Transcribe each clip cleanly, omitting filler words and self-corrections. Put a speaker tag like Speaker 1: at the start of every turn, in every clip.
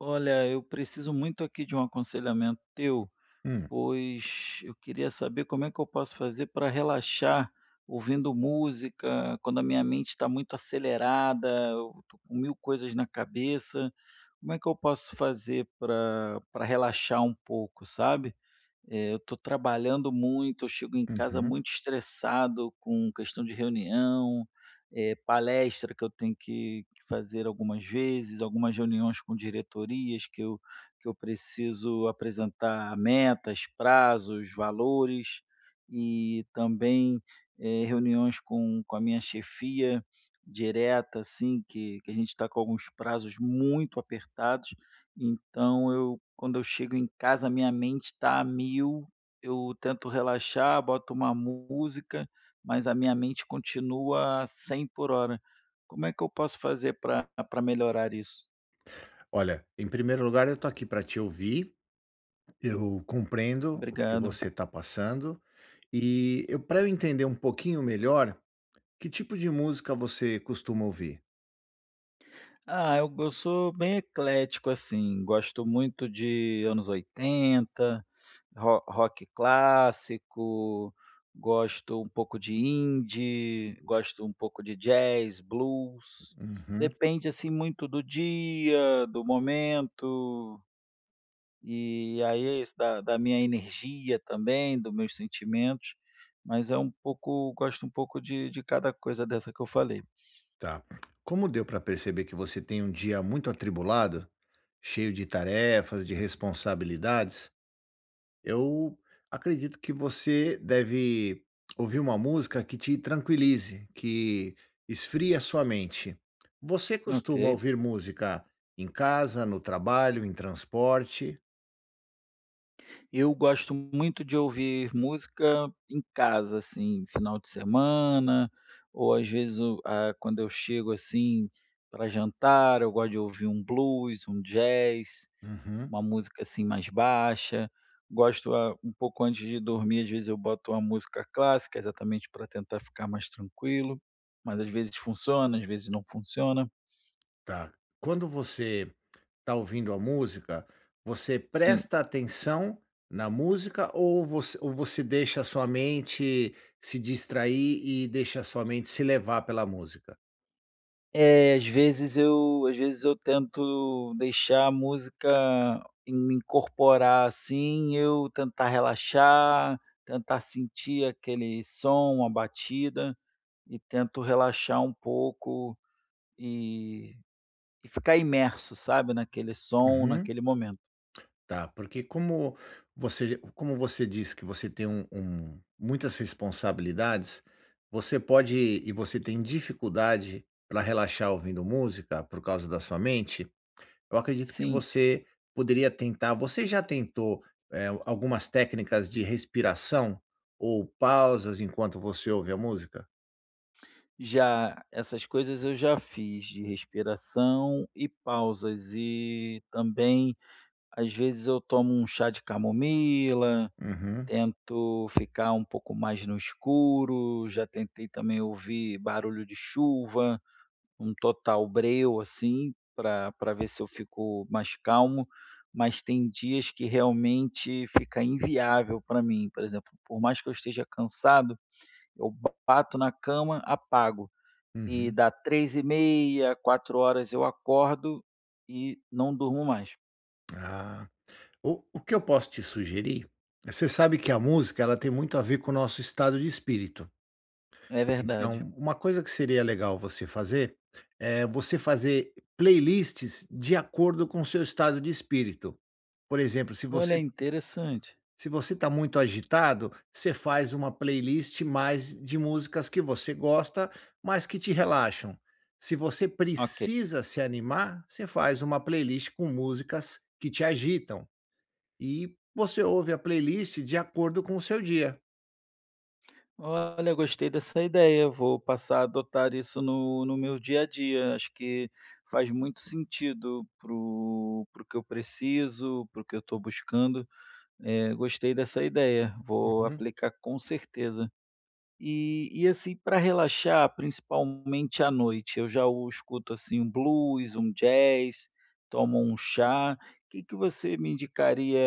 Speaker 1: Olha, eu preciso muito aqui de um aconselhamento teu,
Speaker 2: Hum,
Speaker 1: pois eu queria saber como é que eu posso fazer para relaxar ouvindo música, quando a minha mente está muito acelerada, eu tô com mil coisas na cabeça. Como é que eu posso fazer para relaxar um pouco, sabe? Eu estou trabalhando muito, eu chego em casa
Speaker 2: uhum.
Speaker 1: muito estressado com questão de reunião, palestra que eu tenho que fazer algumas vezes, algumas reuniões com diretorias que eu preciso apresentar metas, prazos, valores e também, reuniões com a minha chefia direta, assim, que a gente está com alguns prazos muito apertados, então eu quando eu chego em casa, minha mente está a mil, eu tento relaxar, boto uma música, mas a minha mente continua a 100 por hora. Como é que eu posso fazer para melhorar isso?
Speaker 2: Olha, em primeiro lugar, eu tô aqui para te ouvir, eu compreendo o que
Speaker 1: Obrigado.
Speaker 2: você está passando, e eu para eu entender um pouquinho melhor, que tipo de música você costuma ouvir?
Speaker 1: Ah, eu sou bem eclético, assim, gosto muito de anos 80, ro rock clássico, gosto um pouco de indie, gosto um pouco de jazz, blues,
Speaker 2: Uhum,
Speaker 1: depende, assim, muito do dia, do momento, e aí é isso, da minha energia também, dos meus sentimentos, mas é um pouco gosto um pouco de cada coisa dessa que eu falei.
Speaker 2: tá. Como deu para perceber que você tem um dia muito atribulado, cheio de tarefas, de responsabilidades, eu acredito que você deve ouvir uma música que te tranquilize, que esfrie a sua mente. Você
Speaker 1: Ok.
Speaker 2: costuma ouvir música em casa, no trabalho, em transporte?
Speaker 1: Eu gosto muito de ouvir música em casa, assim, final de semana, ou às vezes quando eu chego, assim, para jantar, eu gosto de ouvir um blues, um jazz,
Speaker 2: Uhum,
Speaker 1: uma música, assim, mais baixa. Gosto, um pouco antes de dormir, às vezes eu boto uma música clássica, exatamente para tentar ficar mais tranquilo, mas às vezes funciona, às vezes não funciona.
Speaker 2: tá. Quando você está ouvindo a música, você
Speaker 1: Sim.
Speaker 2: presta atenção na música ou você deixa a sua mente se distrair e deixa a sua mente se levar pela música?
Speaker 1: É, às vezes eu tento deixar a música me incorporar, assim, eu tentar relaxar, tentar sentir aquele som, a batida, e tento relaxar um pouco e e ficar imerso, sabe, naquele som,
Speaker 2: Uhum.
Speaker 1: naquele momento.
Speaker 2: Tá, porque como você diz que você tem um muitas responsabilidades, você pode e você tem dificuldade para relaxar ouvindo música por causa da sua mente, eu acredito que
Speaker 1: Sim,
Speaker 2: você poderia tentar você já tentou, algumas técnicas de respiração ou pausas enquanto você ouve a música?
Speaker 1: já essas coisas eu já fiz, de respiração e pausas, e também, às vezes, eu tomo um chá de camomila.
Speaker 2: Uhum,
Speaker 1: Tento ficar um pouco mais no escuro, já tentei também ouvir barulho de chuva, um total breu, assim, para ver se eu fico mais calmo, mas tem dias que realmente fica inviável para mim. Por exemplo, por mais que eu esteja cansado, eu bato na cama, apago, e
Speaker 2: uhum.
Speaker 1: dá 3h30, 4h eu acordo e não durmo mais.
Speaker 2: Ah, o que eu posso te sugerir, você sabe que a música ela tem muito a ver com o nosso estado de espírito.
Speaker 1: É verdade.
Speaker 2: Então, uma coisa que seria legal você fazer, é você fazer playlists de acordo com o seu estado de espírito. Por exemplo,
Speaker 1: Olha, interessante.
Speaker 2: se você está muito agitado, você faz uma playlist mais de músicas que você gosta, mas que te relaxam. Se você
Speaker 1: Ok.
Speaker 2: precisa se animar, você faz uma playlist com músicas que te agitam e você ouve a playlist de acordo com o seu dia.
Speaker 1: Olha, gostei dessa ideia. Vou passar a adotar isso no meu dia a dia. Acho que faz muito sentido pro que eu preciso, pro que eu estou buscando. É, gostei dessa ideia. Vou
Speaker 2: Uhum.
Speaker 1: aplicar com certeza. E assim, para relaxar, principalmente à noite, eu já o escuto assim um blues, um jazz, tomo um chá. O que que você me indicaria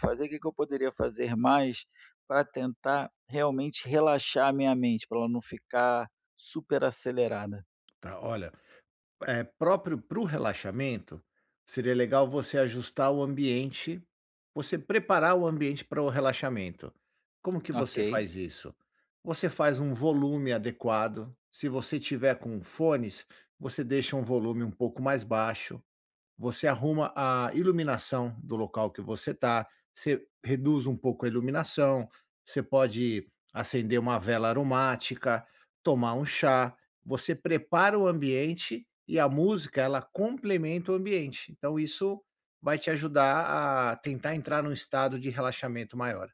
Speaker 1: fazer? O que que eu poderia fazer mais para tentar realmente relaxar a minha mente, para ela não ficar super acelerada?
Speaker 2: Tá, olha, é, próprio para o relaxamento, seria legal você ajustar o ambiente, você preparar o ambiente para o relaxamento. Como que você
Speaker 1: Ok.
Speaker 2: faz isso? Você faz um volume adequado. Se você tiver com fones, você deixa um volume um pouco mais baixo, você arruma a iluminação do local que você está, você reduz um pouco a iluminação, você pode acender uma vela aromática, tomar um chá, você prepara o ambiente e a música ela complementa o ambiente. Então isso vai te ajudar a tentar entrar num estado de relaxamento maior.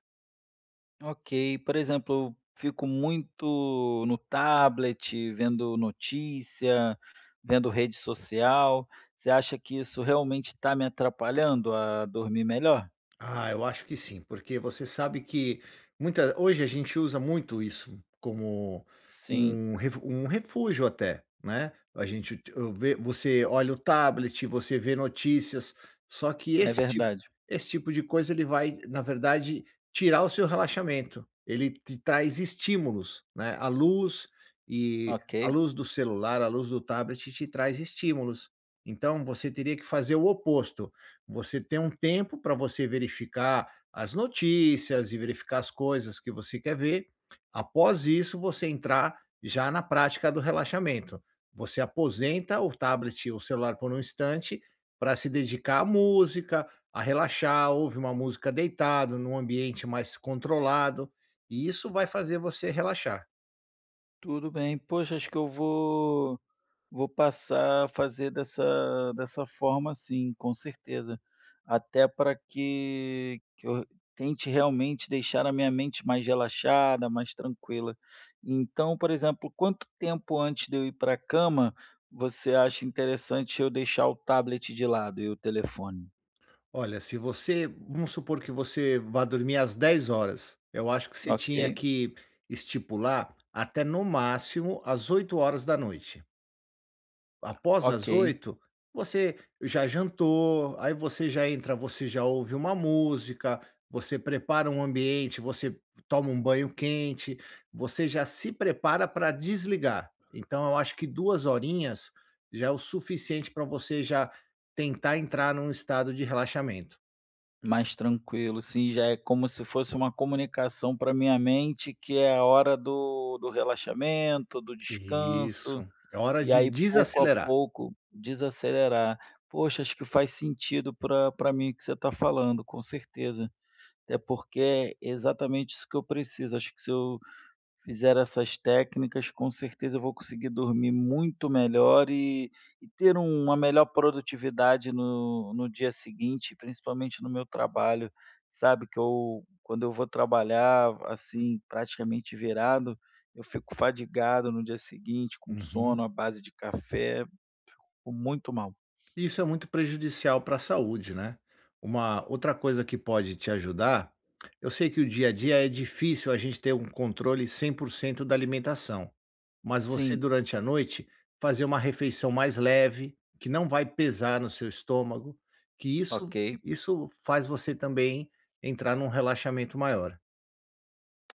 Speaker 1: Ok, por exemplo, fico muito no tablet, vendo notícia, vendo rede social. Você acha que isso realmente está me atrapalhando a dormir melhor?
Speaker 2: Ah, eu acho que sim, porque você sabe que muita, hoje a gente usa muito isso como
Speaker 1: Sim,
Speaker 2: um, um refúgio até, né? A gente eu vê, você olha o tablet, você vê notícias, só que
Speaker 1: é verdade.
Speaker 2: esse tipo de coisa ele vai, na verdade, tirar o seu relaxamento. Ele te traz estímulos, né? A luz e
Speaker 1: Ok,
Speaker 2: a luz do celular, a luz do tablet te traz estímulos. Então você teria que fazer o oposto, você tem um tempo para você verificar as notícias e verificar as coisas que você quer ver. Após isso, você entrar já na prática do relaxamento. Você aposenta o tablet ou o celular por um instante para se dedicar à música, a relaxar, ouve uma música deitado, num ambiente mais controlado, e isso vai fazer você relaxar.
Speaker 1: tudo bem. Poxa, acho que eu vou passar a fazer dessa forma, sim, com certeza. Até para que eu tente realmente deixar a minha mente mais relaxada, mais tranquila. Então, por exemplo, quanto tempo antes de eu ir para a cama, você acha interessante eu deixar o tablet de lado e o telefone?
Speaker 2: Olha, se você vamos supor que você vá dormir às 10 horas, eu acho que você tinha
Speaker 1: Ok,
Speaker 2: que estipular até no máximo às 8 horas da noite. Após
Speaker 1: ok,
Speaker 2: as 8, você já jantou, aí você já entra, você já ouve uma música, você prepara um ambiente, você toma um banho quente, você já se prepara para desligar. Então eu acho que 2 horinhas já é o suficiente para você já tentar entrar num estado de relaxamento.
Speaker 1: mais tranquilo. Sim, já é como se fosse uma comunicação para minha mente que é a hora do do relaxamento, do
Speaker 2: Isso.
Speaker 1: descanso.
Speaker 2: É hora
Speaker 1: E
Speaker 2: de
Speaker 1: aí pouco a
Speaker 2: desacelerar.
Speaker 1: pouco desacelerar. Poxa, acho que faz sentido pra mim o que você está falando, com certeza. Até porque é exatamente isso que eu preciso. Acho que se eu fizer essas técnicas, com certeza eu vou conseguir dormir muito melhor e ter um, uma melhor produtividade no dia seguinte, principalmente no meu trabalho, sabe, que eu quando eu vou trabalhar, assim, praticamente virado, eu fico fadigado no dia seguinte, com
Speaker 2: Uhum.
Speaker 1: sono à base de café, fico muito mal.
Speaker 2: Isso é muito prejudicial para a saúde, né? Uma outra coisa que pode te ajudar, eu sei que o dia a dia é difícil a gente ter um controle 100% da alimentação, mas você
Speaker 1: Sim,
Speaker 2: durante a noite fazer uma refeição mais leve, que não vai pesar no seu estômago, que isso
Speaker 1: ok.
Speaker 2: isso faz você também entrar num relaxamento maior.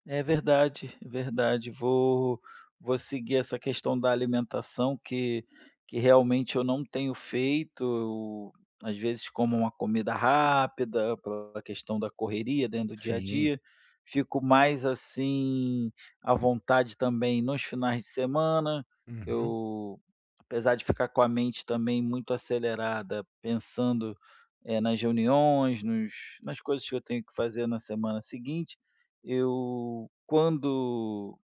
Speaker 1: É verdade, é verdade. Vou seguir essa questão da alimentação que realmente eu não tenho feito. Eu, às vezes, como uma comida rápida, pela questão da correria dentro do dia a
Speaker 2: Sim.
Speaker 1: dia. Fico mais, assim, à vontade também nos finais de semana, que
Speaker 2: Uhum.
Speaker 1: eu apesar de ficar com a mente também muito acelerada, pensando, nas reuniões, nos nas coisas que eu tenho que fazer na semana seguinte, eu quando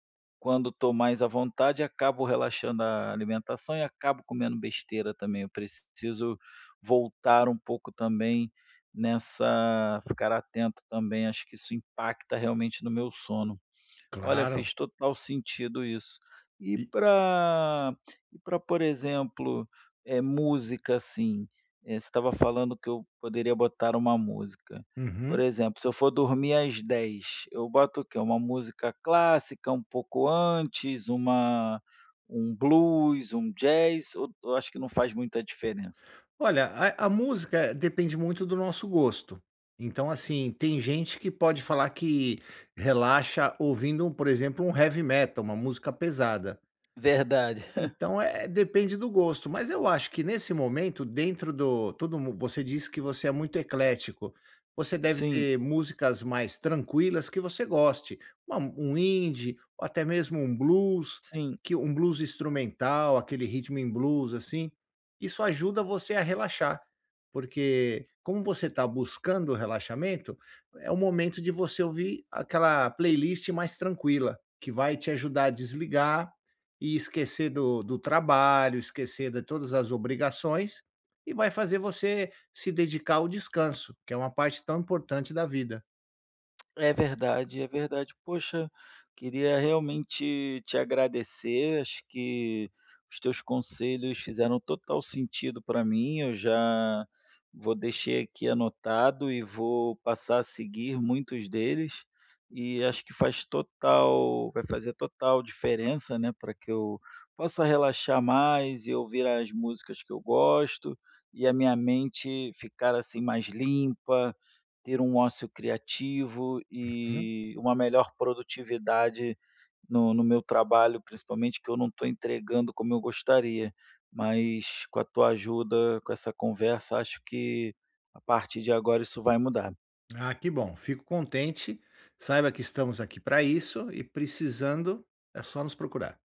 Speaker 1: estou mais à vontade, acabo relaxando a alimentação e acabo comendo besteira também. Eu preciso voltar um pouco também nessa ficar atento também, acho que isso impacta realmente no meu sono. Olha,
Speaker 2: Claro.
Speaker 1: fez total sentido isso. E
Speaker 2: E
Speaker 1: para, e pra, por exemplo, é música, assim, você estava falando que eu poderia botar uma música. Por
Speaker 2: uhum.
Speaker 1: exemplo, se eu for dormir às 10h, eu boto o quê? Uma música clássica, um pouco antes, uma um blues, um jazz, ou acho que não faz muita diferença?
Speaker 2: Olha, a música depende muito do nosso gosto. Então, assim, tem gente que pode falar que relaxa ouvindo, por exemplo, um heavy metal, uma música pesada.
Speaker 1: Verdade.
Speaker 2: Então, é depende do gosto, mas eu acho que nesse momento dentro do todo mu você disse que você é muito eclético, você deve
Speaker 1: Sim,
Speaker 2: ter músicas mais tranquilas que você goste, uma um indie ou até mesmo um blues,
Speaker 1: sim.
Speaker 2: que um blues instrumental, aquele ritmo em blues, assim, isso ajuda você a relaxar, porque como você está buscando o relaxamento, é o momento de você ouvir aquela playlist mais tranquila, que vai te ajudar a desligar e esquecer do trabalho, esquecer de todas as obrigações, e vai fazer você se dedicar ao descanso, que é uma parte tão importante da vida.
Speaker 1: É verdade, é verdade. Poxa, queria realmente te agradecer. Acho que os teus conselhos fizeram total sentido para mim. Eu já vou deixei aqui anotado e vou passar a seguir muitos deles. E acho que faz total, vai fazer total diferença, né, para que eu possa relaxar mais e ouvir as músicas que eu gosto e a minha mente ficar assim mais limpa, ter um ócio criativo
Speaker 2: Uhum.
Speaker 1: e uma melhor produtividade no meu trabalho, principalmente, que eu não estou entregando como eu gostaria. Mas com a tua ajuda, com essa conversa, acho que a partir de agora isso vai mudar.
Speaker 2: Ah, que bom, fico contente. Saiba que estamos aqui para isso e precisando é só nos procurar.